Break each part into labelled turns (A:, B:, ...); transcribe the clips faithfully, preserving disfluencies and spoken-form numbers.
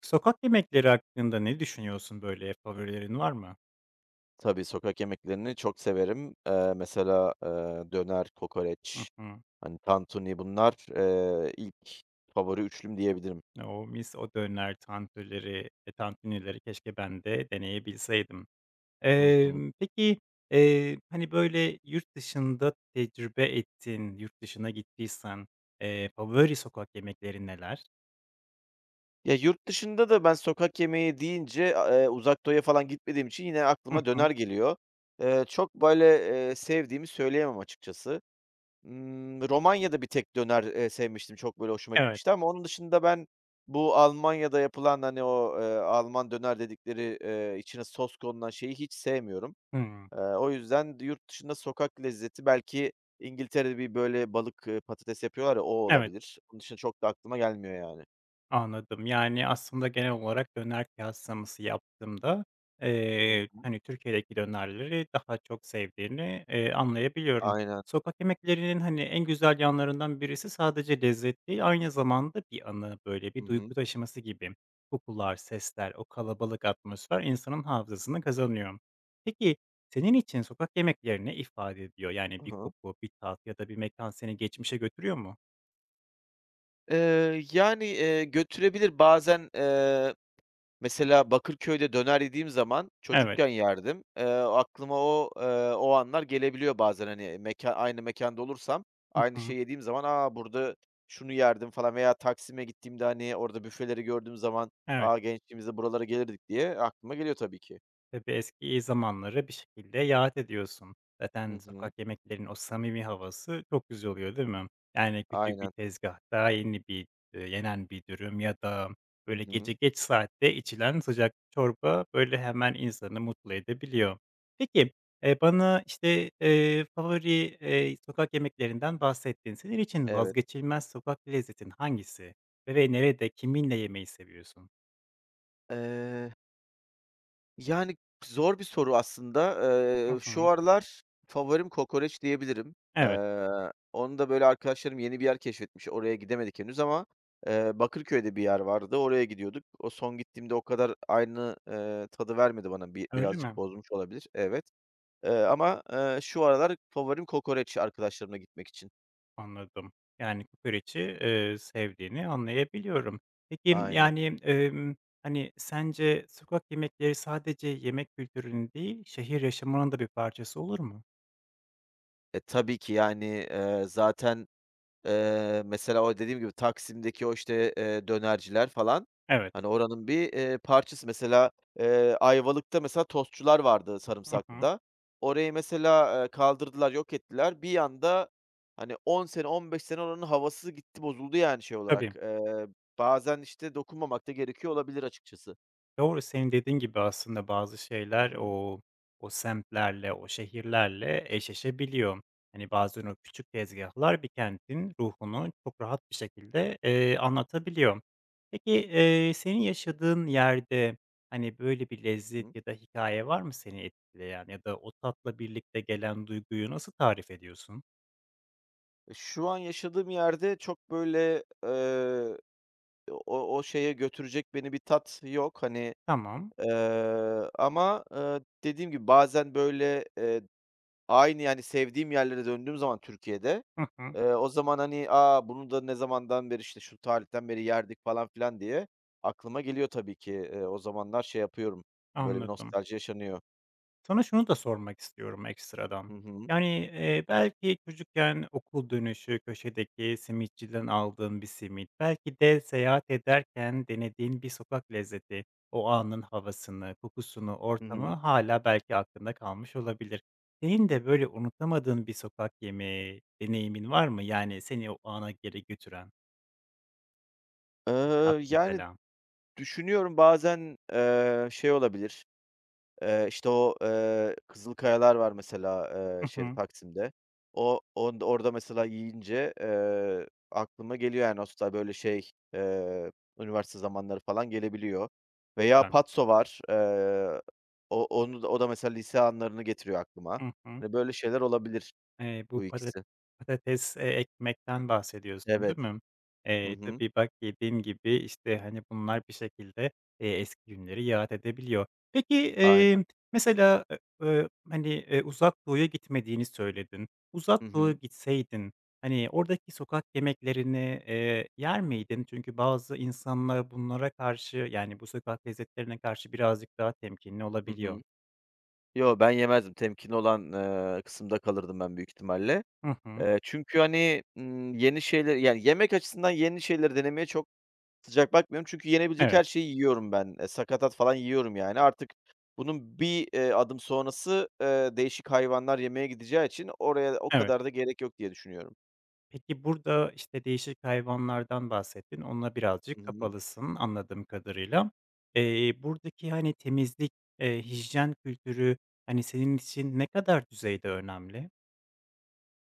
A: Sokak yemekleri hakkında ne düşünüyorsun böyle favorilerin var mı?
B: Tabii, sokak yemeklerini çok severim. Eee, mesela, eee, döner,
A: Hı
B: kokoreç,
A: hı.
B: hani, tantuni bunlar, eee, ilk favori üçlüm diyebilirim.
A: O mis, o döner, tantunileri, e, tantunileri keşke ben de deneyebilseydim.
B: Hı hı.
A: Emm, peki, eee, hani, böyle yurt dışında tecrübe ettin yurt dışına gittiysen, eee, favori sokak yemekleri neler?
B: Ya, yurt dışında da ben sokak yemeği deyince, a eee, Uzak Doğu'ya falan gitmediğim için yine
A: Hı
B: aklıma
A: hı.
B: döner geliyor. Eee, çok böyle, eee, sevdiğimi söyleyemem açıkçası. Imm, Romanya'da bir tek döner, eee, sevmiştim, çok böyle hoşuma
A: Evet.
B: gitmişti ama onun dışında ben bu Almanya'da yapılan, hani, o, eee, Alman döner dedikleri, eee, içine sos konulan şeyi hiç sevmiyorum.
A: Hımm.
B: Eee, o yüzden yurt dışında sokak lezzeti belki İngiltere'de bir böyle balık, eee, patates yapıyorlar ya, o
A: Evet.
B: olabilir. Onun dışında çok da aklıma gelmiyor yani.
A: Anladım. Yani, aslında genel olarak döner kıyaslaması yaptığımda,
B: Hı
A: eee,
B: hı.
A: hani, Türkiye'deki dönerleri daha çok sevdiğini, eee, anlayabiliyorum.
B: Aynen.
A: Sokak yemeklerinin, hani, en güzel yanlarından birisi sadece lezzet değil, aynı zamanda bir anı, böyle,
B: Hı
A: bir duygu
B: hı.
A: taşıması gibi. Kokular, sesler, o kalabalık atmosfer insanın hafızasını kazanıyor. Peki, senin için sokak yemekleri ne ifade ediyor? Yani,
B: Hı
A: bir
B: hı.
A: koku, bir tat ya da bir mekan seni geçmişe götürüyor mu?
B: Eee, yani, eee, götürebilir bazen. eee Mesela Bakırköy'de döner yediğim zaman
A: Evet.
B: çocukken yerdim. Eee, aklıma o, eee, o anlar gelebiliyor bazen, hani, mekân aynı mekânda olursam
A: Hı
B: aynı
A: hı.
B: şeyi yediğim zaman, "A, burada şunu yerdim." falan veya Taksim'e gittiğimde, hani, orada büfeleri gördüğüm zaman,
A: Evet.
B: "A, gençliğimizde buralara gelirdik." diye aklıma geliyor tabii ki.
A: Tabii, eski zamanları bir şekilde yad ediyorsun.
B: Hı
A: Zaten
B: hı.
A: sokak yemeklerinin o samimi havası çok güzel oluyor, değil mi? Yani küçük bir
B: Aynen.
A: tezgahta yeni bir, eee, yenen bir dürüm ya da
B: Hı
A: böyle gece
B: hı.
A: geç saatte içilen sıcak çorba, böyle, hemen insanı mutlu edebiliyor. Peki, eee, bana, işte, eee, favori, eee, sokak yemeklerinden bahsettin. Senin için
B: Evet.
A: vazgeçilmez sokak lezzetin hangisi ve ve nerede, kiminle yemeyi seviyorsun?
B: Eee Yani, zor bir soru aslında.
A: Hı
B: Eee,
A: hı.
B: şu aralar favorim kokoreç diyebilirim.
A: Evet.
B: Eee, Onu da, böyle, arkadaşlarım yeni bir yer keşfetmiş. Oraya gidemedik henüz ama, eee, Bakırköy'de bir yer vardı, oraya gidiyorduk. O son gittiğimde o kadar aynı, eee, tadı vermedi bana. Bi
A: Öyle mi?
B: birazcık bozmuş olabilir. Evet. Eee, ama, eee, şu aralar favorim kokoreç arkadaşlarımla gitmek için.
A: Anladım. Yani, kokoreçi, eee, sevdiğini anlayabiliyorum. Peki,
B: Aynen.
A: yani, emm, hani, sence sokak yemekleri sadece yemek kültürünün değil, şehir yaşamının da bir parçası olur mu?
B: E, tabii ki, yani, eee, zaten. Eee, mesela o dediğim gibi Taksim'deki o, işte, eee, dönerciler falan,
A: Evet.
B: hani, oranın bir, eee, parçası. Mesela, eee, Ayvalık'ta mesela tostçular vardı
A: Hı hı.
B: Sarımsaklı'da. Orayı mesela, eee, kaldırdılar, yok ettiler. Bir anda, hani, on sene, on beş sene oranın havası gitti, bozuldu yani şey olarak.
A: Tabii.
B: Eee, bazen, işte, dokunmamak da gerekiyor olabilir açıkçası.
A: Doğru, senin dediğin gibi aslında bazı
B: Hı
A: şeyler
B: hı.
A: o o semtlerle, o şehirlerle eşleşebiliyor. Hani, bazen o küçük tezgahlar bir kentin ruhunu çok rahat bir şekilde, eee, anlatabiliyor. Peki, eee, senin yaşadığın yerde, hani, böyle bir lezzet
B: Hı.
A: ya da hikaye var mı seni etkileyen ya da o tatla birlikte gelen duyguyu nasıl tarif ediyorsun?
B: Şu an yaşadığım yerde çok böyle, eee, o o şeye götürecek beni bir tat yok. Hani.
A: Tamam.
B: Eee, ama, eee, dediğim gibi bazen, böyle, eee, aynı, yani, sevdiğim yerlere döndüğüm zaman Türkiye'de,
A: Hı hı.
B: eee, o zaman, hani, "A, bunu da ne zamandan beri, işte, şu tarihten beri yerdik." falan filan diye aklıma geliyor tabii ki. Eee, o zamanlar şey yapıyorum, böyle bir
A: Anladım.
B: nostalji yaşanıyor.
A: Sana şunu da sormak istiyorum ekstradan.
B: Hı hı.
A: Yani, eee, belki çocukken okul dönüşü köşedeki simitçiden aldığın bir simit, belki de seyahat ederken denediğin bir sokak lezzeti, o anın havasını, kokusunu,
B: Hı
A: ortamı
B: hı.
A: hala belki aklında kalmış olabilir. Senin de böyle unutamadığın bir sokak yemeği deneyimin var mı? Yani seni o ana geri götüren bir tat
B: Eee, yani,
A: mesela.
B: düşünüyorum bazen, eee, şey olabilir. Eee, işte, o, eee, Kızılkayalar var mesela, eee,
A: Hı
B: şeyde,
A: hı.
B: Taksim'de. O on orada mesela yiyince, eee, aklıma geliyor yani aslında böyle şey, eee, üniversite zamanları falan gelebiliyor. Veya patso var. Eee, o onu da o da mesela lise anlarını getiriyor aklıma.
A: Hı hı.
B: Hani, böyle şeyler olabilir
A: Eee, bu
B: bu
A: patat
B: ikisi.
A: patates, eee, ekmekten bahsediyorsun,
B: Evet.
A: değil mi?
B: Hı
A: Eee,
B: hı.
A: tabii bak dediğin gibi, işte, hani, bunlar bir şekilde, eee, eski günleri yad edebiliyor. Peki,
B: Aynen.
A: eee, mesela, e eee, hani, eee, Uzak Doğu'ya gitmediğini söyledin. Uzak
B: Hı
A: Doğu'ya
B: hı.
A: gitseydin, hani, oradaki sokak yemeklerini, eee, yer miydin? Çünkü bazı insanlar bunlara karşı, yani, bu sokak lezzetlerine karşı birazcık daha temkinli
B: Hı hı.
A: olabiliyor.
B: Yo, ben yemezdim. Temkinli olan, eee, kısımda kalırdım ben büyük ihtimalle.
A: Hı hı.
B: Eee, çünkü, hani, ımm, yeni şeyler yani yemek açısından yeni şeyleri denemeye çok sıcak bakmıyorum. Çünkü yenebilecek her
A: Evet,
B: şeyi yiyorum ben. Eee, sakatat falan yiyorum yani. Artık bunun bir, eee, adım sonrası, eee, değişik hayvanlar yemeye gideceği için oraya o
A: evet.
B: kadar da gerek yok diye düşünüyorum.
A: Peki, burada, işte, değişik hayvanlardan bahsettin. Onunla
B: Hı
A: birazcık
B: hı.
A: kapalısın anladığım kadarıyla. Eee, buradaki, hani, temizlik, eee, hijyen kültürü, hani, senin için ne kadar düzeyde önemli?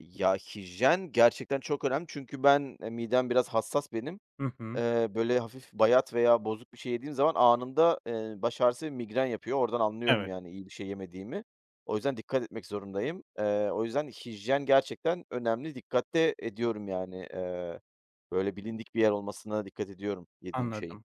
B: Ya, hijyen gerçekten çok önemli çünkü ben, eee, midem biraz hassas benim.
A: Hı hı.
B: Eee, böyle hafif bayat veya bozuk bir şey yediğim zaman anında, eee, baş ağrısı ve migren yapıyor. Oradan anlıyorum
A: Evet,
B: yani iyi bir şey yemediğimi. O yüzden dikkat etmek zorundayım. Eee, o yüzden hijyen gerçekten önemli. Dikkat de ediyorum yani. Eee, böyle bilindik bir yer olmasına dikkat ediyorum yediğim şeyin.
A: anladım.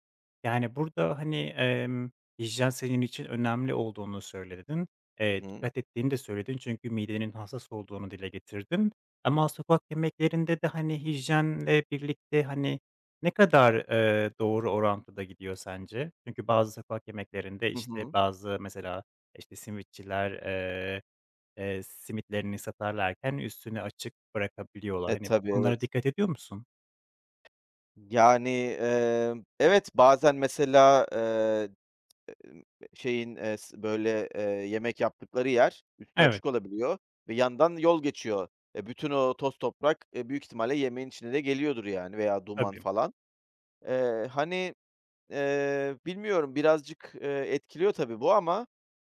A: Yani, burada, hani, emm, hijyen senin için önemli olduğunu söyledin.
B: Hı
A: Eee,
B: hı.
A: dikkat ettiğini de söyledin çünkü midenin hassas olduğunu dile getirdin. Ama sokak yemeklerinde de, hani, hijyenle birlikte, hani, ne kadar, eee, doğru orantıda gidiyor sence? Çünkü bazı sokak yemeklerinde,
B: Hı
A: işte,
B: hı.
A: bazı mesela, işte, simitçiler, eee, eee, simitlerini satarlarken üstünü açık bırakabiliyorlar.
B: E,
A: Hani, bu
B: tabii,
A: konulara
B: evet.
A: dikkat ediyor musun?
B: Yani, emm, evet, bazen mesela. eee Emm, Şeyin, eee, s böyle, eee, yemek yaptıkları yer üstü
A: Evet,
B: açık olabiliyor ve yandan yol geçiyor. E, bütün o toz toprak, eee, büyük ihtimalle yemeğin içine de geliyordur yani veya duman
A: tabii.
B: falan. Eee, hani, eee, bilmiyorum birazcık, eee, etkiliyor tabii bu ama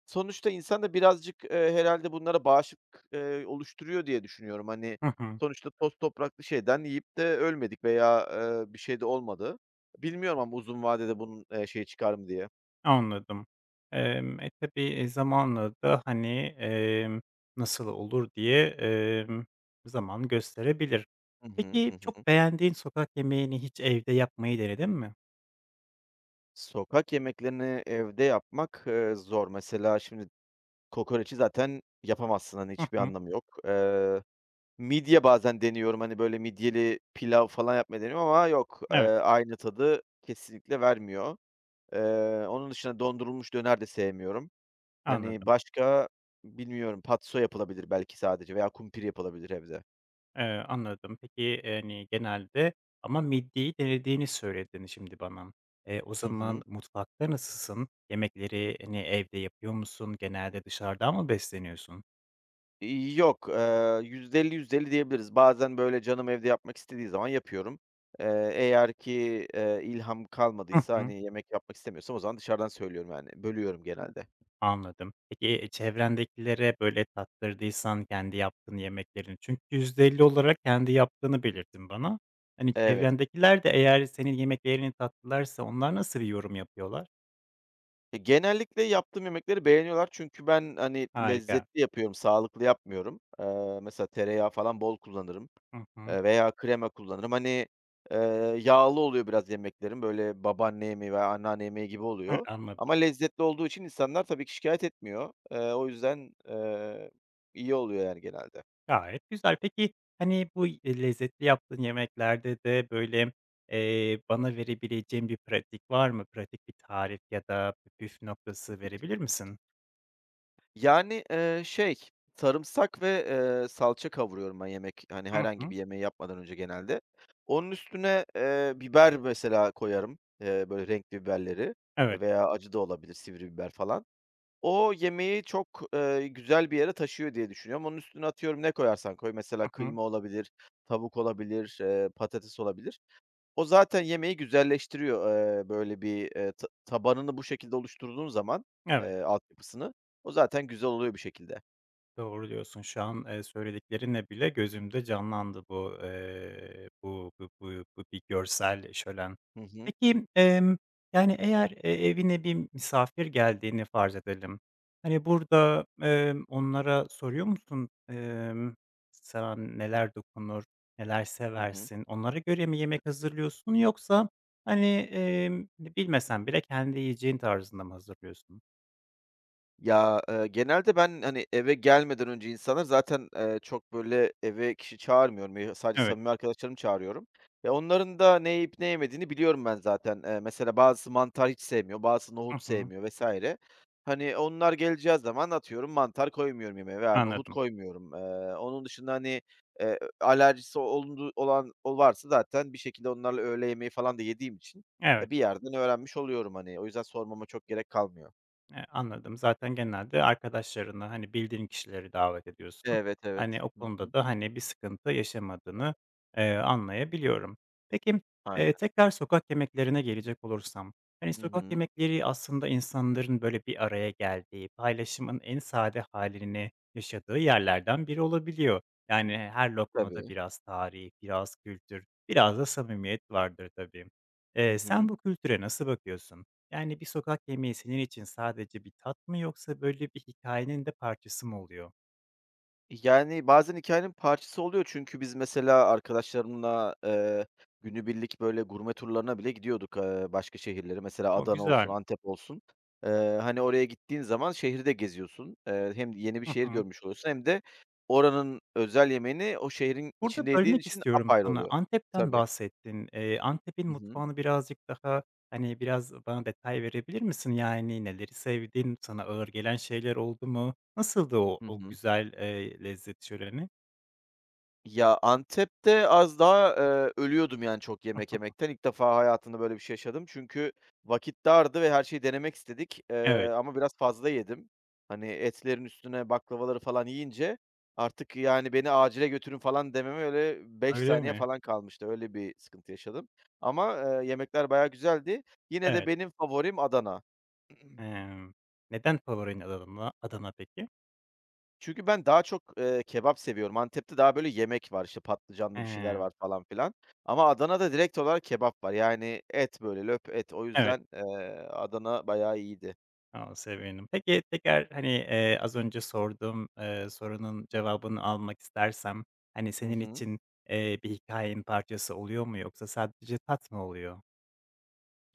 B: sonuçta insan da birazcık, eee, herhâlde bunlara bağışıklık, eee, oluşturuyor diye düşünüyorum. Hani,
A: Hı hı.
B: sonuçta toz topraklı şeyden yiyip de ölmedik veya, eee, bir şey de olmadı. Bilmiyorum ama uzun vadede bunun, eee, şeyi çıkar mı diye.
A: Anladım. Emm, e, tabii, e, zamanla da, hani, emm, nasıl olur diye, emm, zaman gösterebilir.
B: Hı hı. Hı
A: Peki, çok
B: hı.
A: beğendiğin sokak yemeğini hiç evde yapmayı denedin mi?
B: Sokak yemeklerini evde yapmak, eee, zor. Mesela şimdi kokoreci zaten yapamazsın, hani,
A: Hı
B: hiçbir
A: hı.
B: anlamı yok. Eee, midye bazen deniyorum, hani, böyle midyeli pilav falan yapmayı deniyorum ama yok, eee,
A: Evet,
B: aynı tadı kesinlikle vermiyor. Eee, Onun dışında dondurulmuş döner de sevmiyorum. Hani,
A: anladım.
B: başka bilmiyorum, patso yapılabilir belki sadece veya kumpir yapılabilir evde.
A: Eee, anladım. Peki, yani genelde ama midyeyi denediğini söyledin şimdi bana. Eee, o
B: Hı
A: zaman
B: hı.
A: mutfakta nasılsın? Yemekleri, hani, evde yapıyor musun? Genelde dışarıdan mı besleniyorsun?
B: İii, yok, eee, yüzde elli-yüzde elli diyebiliriz. Bazen, böyle, canım evde yapmak istediği zaman yapıyorum. Eee, eğer ki, eee, ilham
A: Hı
B: kalmadıysa,
A: hı.
B: hani, yemek yapmak istemiyorsam o zaman dışarıdan söylüyorum, yani, bölüyorum genelde.
A: Anladım. Peki, çevrendekilere, böyle, tattırdıysan kendi yaptığın yemeklerini çünkü yüzde elli olarak kendi yaptığını belirttin bana. Hani,
B: Evet.
A: çevrendekiler de eğer senin yemeklerini tattılarsa onlar nasıl bir yorum yapıyorlar?
B: E, genellikle yaptığım yemekleri beğeniyorlar çünkü ben, hani,
A: Harika.
B: lezzetli yapıyorum, sağlıklı yapmıyorum. Eee, mesela tereyağı falan bol kullanırım.
A: Hı hı.
B: Eee, veya krema kullanırım. Hani, eee, yağlı oluyor biraz yemeklerim, böyle babaanne yemeği veya anneanne yemeği gibi
A: Hı,
B: oluyor ama
A: anladım.
B: lezzetli olduğu için insanlar tabii ki şikayet etmiyor. Eee, o yüzden, eee, iyi oluyor yani genelde.
A: Gayet güzel. Peki, hani, bu y lezzetli yaptığın yemeklerde de, böyle, eee, bana verebileceğin bir pratik var mı? Pratik bir tarif ya da püf noktası verebilir misin?
B: Yani, eee, şey, sarımsak ve, eee, salça kavuruyorum ben yemek hani
A: Hı
B: herhangi
A: hı.
B: bir yemeği yapmadan önce genelde. Onun üstüne, eee, biber mesela koyarım, eee, böyle renkli biberleri
A: Evet.
B: veya acı da olabilir, sivri biber falan. O yemeği çok, eee, güzel bir yere taşıyor diye düşünüyorum. Onun üstüne atıyorum ne koyarsan koy mesela
A: Hı hı.
B: kıyma olabilir, tavuk olabilir, eee, patates olabilir. O zaten yemeği güzelleştiriyor, eee, böyle bir, eee, ta tabanını bu şekilde oluşturduğun zaman,
A: Evet.
B: eee, altyapısını, o zaten güzel oluyor bir şekilde.
A: Doğru diyorsun. Şu an, eee, söylediklerinle bile gözümde canlandı bu, eee, bu bu bu bu bir görsel şölen.
B: Hı hı.
A: Peki, emm, yani, eğer, eee, evine bir misafir geldiğini farz edelim. Hani, burada, emm, onlara soruyor musun, emm, sana neler dokunur, neler
B: Hı hı.
A: seversin? Onlara göre mi yemek hazırlıyorsun yoksa, hani, emm, bilmesen bile kendi yiyeceğin tarzında mı hazırlıyorsun?
B: Ya, eee, genelde ben, hani, eve gelmeden önce insanlar zaten, eee, çok böyle eve kişi çağırmıyorum. Eee, sadece
A: Evet.
B: samimi arkadaşlarımı çağırıyorum ve onların da ne yiyip ne yemediğini biliyorum ben zaten. Eee, mesela bazısı mantar hiç sevmiyor, bazısı
A: Hı
B: nohut
A: hı.
B: sevmiyor vesaire. Hani, onlar geleceği zaman atıyorum mantar koymuyorum yemeğe veya nohut
A: Anladım.
B: koymuyorum. Eee, onun dışında, hani, eee, alerjisi olundu olan o varsa zaten bir şekilde onlarla öğle yemeği falan da yediğim için,
A: Evet.
B: eee, bir yerden öğrenmiş oluyorum, hani. O yüzden sormama çok gerek kalmıyor.
A: Eee, anladım. Zaten genelde arkadaşlarını, hani, bildiğin kişileri davet ediyorsun.
B: Evet, evet.
A: Hani, o
B: Hı
A: konuda
B: hı.
A: da, hani, bir sıkıntı yaşamadığını, eee, anlayabiliyorum. Peki, eee,
B: Aynen.
A: tekrar sokak yemeklerine gelecek olursam, hani,
B: Hı
A: sokak
B: hı.
A: yemekleri aslında insanların böyle bir araya geldiği, paylaşımın en sade halini yaşadığı yerlerden biri olabiliyor. Yani, her lokmada
B: Tabii.
A: biraz tarih, biraz kültür, biraz da samimiyet vardır tabii.
B: Hı
A: Eee, sen
B: hı.
A: bu kültüre nasıl bakıyorsun? Yani bir sokak yemeği senin için sadece bir tat mı yoksa böyle bir hikayenin de parçası mı oluyor?
B: Yani, bazen hikâyenin parçası oluyor çünkü biz mesela arkadaşlarımla, eee, günübirlik böyle gurme turlarına bile gidiyorduk, eee, başka şehirlere. Mesela
A: O,
B: Adana olsun,
A: güzel.
B: Antep olsun. Eee, hani, oraya gittiğin zaman şehri de geziyorsun. Eee, hem yeni bir
A: Hı
B: şehir
A: hı.
B: görmüş oluyorsun hem de oranın özel yemeğini o şehrin
A: Burada
B: içinde yediğin
A: bölmek
B: için
A: istiyorum
B: apayrı
A: sana.
B: oluyor.
A: Antep'ten
B: Tabii.
A: bahsettin. Eee, Antep'in
B: Hı hı.
A: mutfağını birazcık daha, hani, biraz bana detay verebilir misin? Yani neleri sevdin? Sana ağır gelen şeyler oldu mu? Nasıldı o
B: Hı
A: o
B: hı.
A: güzel, eee, lezzet şöleni?
B: Ya, Antep'te az daha, eee, ölüyordum yani çok yemek yemekten. İlk defa hayatımda böyle bir şey yaşadım. Çünkü vakit dardı ve her şeyi denemek istedik, eee,
A: Evet.
B: ama biraz fazla yedim. Hani, etlerin üstüne baklavaları falan yiyince artık, yani, "Beni acile götürün." falan dememe öyle beş
A: Öyle
B: saniye
A: mi?
B: falan kalmıştı. Öyle bir sıkıntı yaşadım ama, eee, yemekler bayağı güzeldi. Yine de
A: Evet.
B: benim favorim Adana.
A: Emm, neden favorin Adana Adana peki?
B: Çünkü ben daha çok, eee, kebap seviyorum. Antep'te daha böyle yemek var, işte, patlıcanlı bir şeyler
A: Emm,
B: var falan filan ama Adana'da direkt olarak kebap var. Yani et böyle löp et. O
A: evet.
B: yüzden, eee, Adana bayağı iyiydi.
A: A, sevindim. Peki, tekrar, hani, eee, az önce sorduğum, eee, sorunun cevabını almak istersem, hani,
B: Hı
A: senin
B: hı.
A: için, eee, bir hikayenin parçası oluyor mu yoksa sadece tat mı oluyor?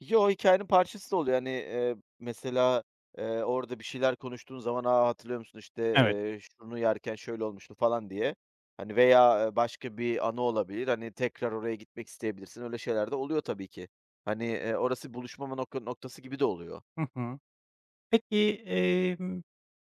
B: Yo, hikâyenin parçası da oluyor. Hani, eee, mesela, eee, orada bir şeyler konuştuğun zaman, "A, hatırlıyor musun, işte,
A: Evet.
B: eee, şunu yerken şöyle olmuştu." falan diye, hani, veya, eee, başka bir anı olabilir. Hani, tekrar oraya gitmek isteyebilirsin. Öyle şeyler de oluyor tabii ki. Hani, eee, orası buluşmama nok noktası gibi de oluyor.
A: Hı hı. Peki, emm,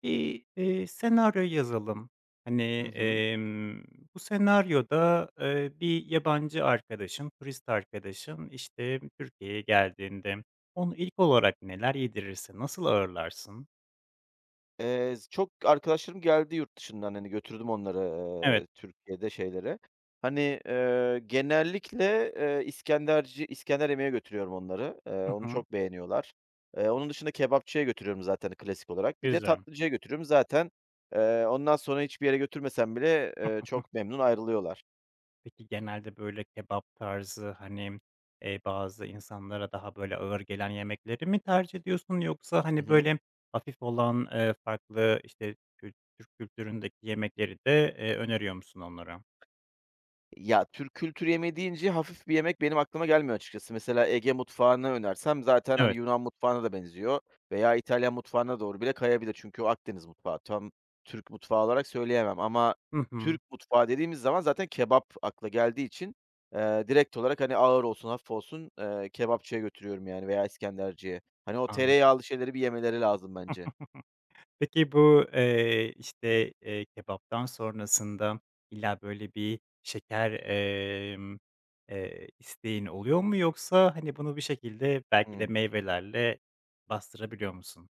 A: bir, eee, senaryo yazalım. Hani,
B: Hı hı.
A: emm, bu senaryoda, eee, bir yabancı arkadaşın, turist arkadaşın, işte, Türkiye'ye geldiğinde onu ilk olarak neler yedirirsin, nasıl ağırlarsın?
B: Eee, z Çok arkadaşlarım geldi yurt dışından, hani, götürdüm onları,
A: Evet.
B: eee, Türkiye'de şeylere. Hani, eee, genellikle, eee, İskenderci İskender yemeğe götürüyorum onları. Eee,
A: Hı
B: onu
A: hı.
B: çok beğeniyorlar. Eee, onun dışında kebapçıya götürüyorum zaten klasik olarak. Bir de
A: Güzel.
B: tatlıcıya götürüyorum. Zaten, eee, ondan sonra hiçbir yere götürmesem bile, eee, çok memnun ayrılıyorlar.
A: Peki, genelde, böyle, kebap tarzı, hani, eee, bazı insanlara daha, böyle, ağır gelen yemekleri mi tercih ediyorsun yoksa,
B: Hı
A: hani,
B: hı.
A: böyle, hafif olan, eee, farklı, işte, kült Türk kültüründeki yemekleri de, eee, öneriyor musun onlara?
B: Ya, Türk kültür yemeği deyince hafif bir yemek benim aklıma gelmiyor açıkçası. Mesela Ege mutfağını önersem zaten, hani,
A: Evet.
B: Yunan mutfağına da benziyor veya İtalyan mutfağına doğru bile kayabilir. Çünkü o Akdeniz mutfağı. Tam Türk mutfağı olarak söyleyemem ama
A: Hı hı.
B: Türk mutfağı dediğimiz zaman zaten kebap akla geldiği için, eee, direkt olarak, hani, ağır olsun, hafif olsun, eee, kebapçıya götürüyorum yani veya İskenderciye. Hani, o
A: Anladım.
B: tereyağlı şeyleri bir yemeleri lazım bence.
A: Peki, bu, eee, işte, eee, kebaptan sonrasında illa, böyle, bir şeker, emm, eee, isteğin oluyor mu yoksa, hani, bunu bir şekilde belki de meyvelerle bastırabiliyor musun?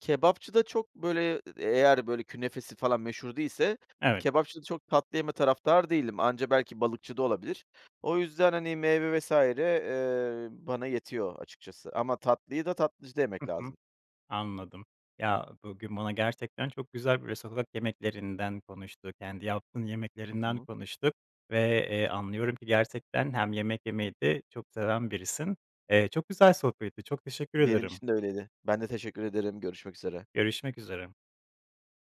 B: Kebapçıda çok, böyle, eğer, böyle, künefesi falan meşhur değilse
A: Evet.
B: kebapçıda çok tatlı yeme taraftarı değilim. Anca belki balıkçıda olabilir. O yüzden, hani, meyve vesaire eee, bana yetiyor açıkçası ama tatlıyı da tatlıcıda
A: Hı
B: yemek
A: hı.
B: lazım.
A: Anladım. Ya, bugün bana gerçekten çok güzel böyle sokak yemeklerinden konuştuk, kendi yaptığın
B: Hı
A: yemeklerinden
B: hı.
A: konuştuk ve, eee, anlıyorum ki gerçekten hem yemek yemeyi de çok seven birisin. Eee, çok güzel sohbetti, çok teşekkür
B: Benim
A: ederim.
B: için de öyleydi. Ben de teşekkür ederim. Görüşmek üzere.
A: Görüşmek üzere.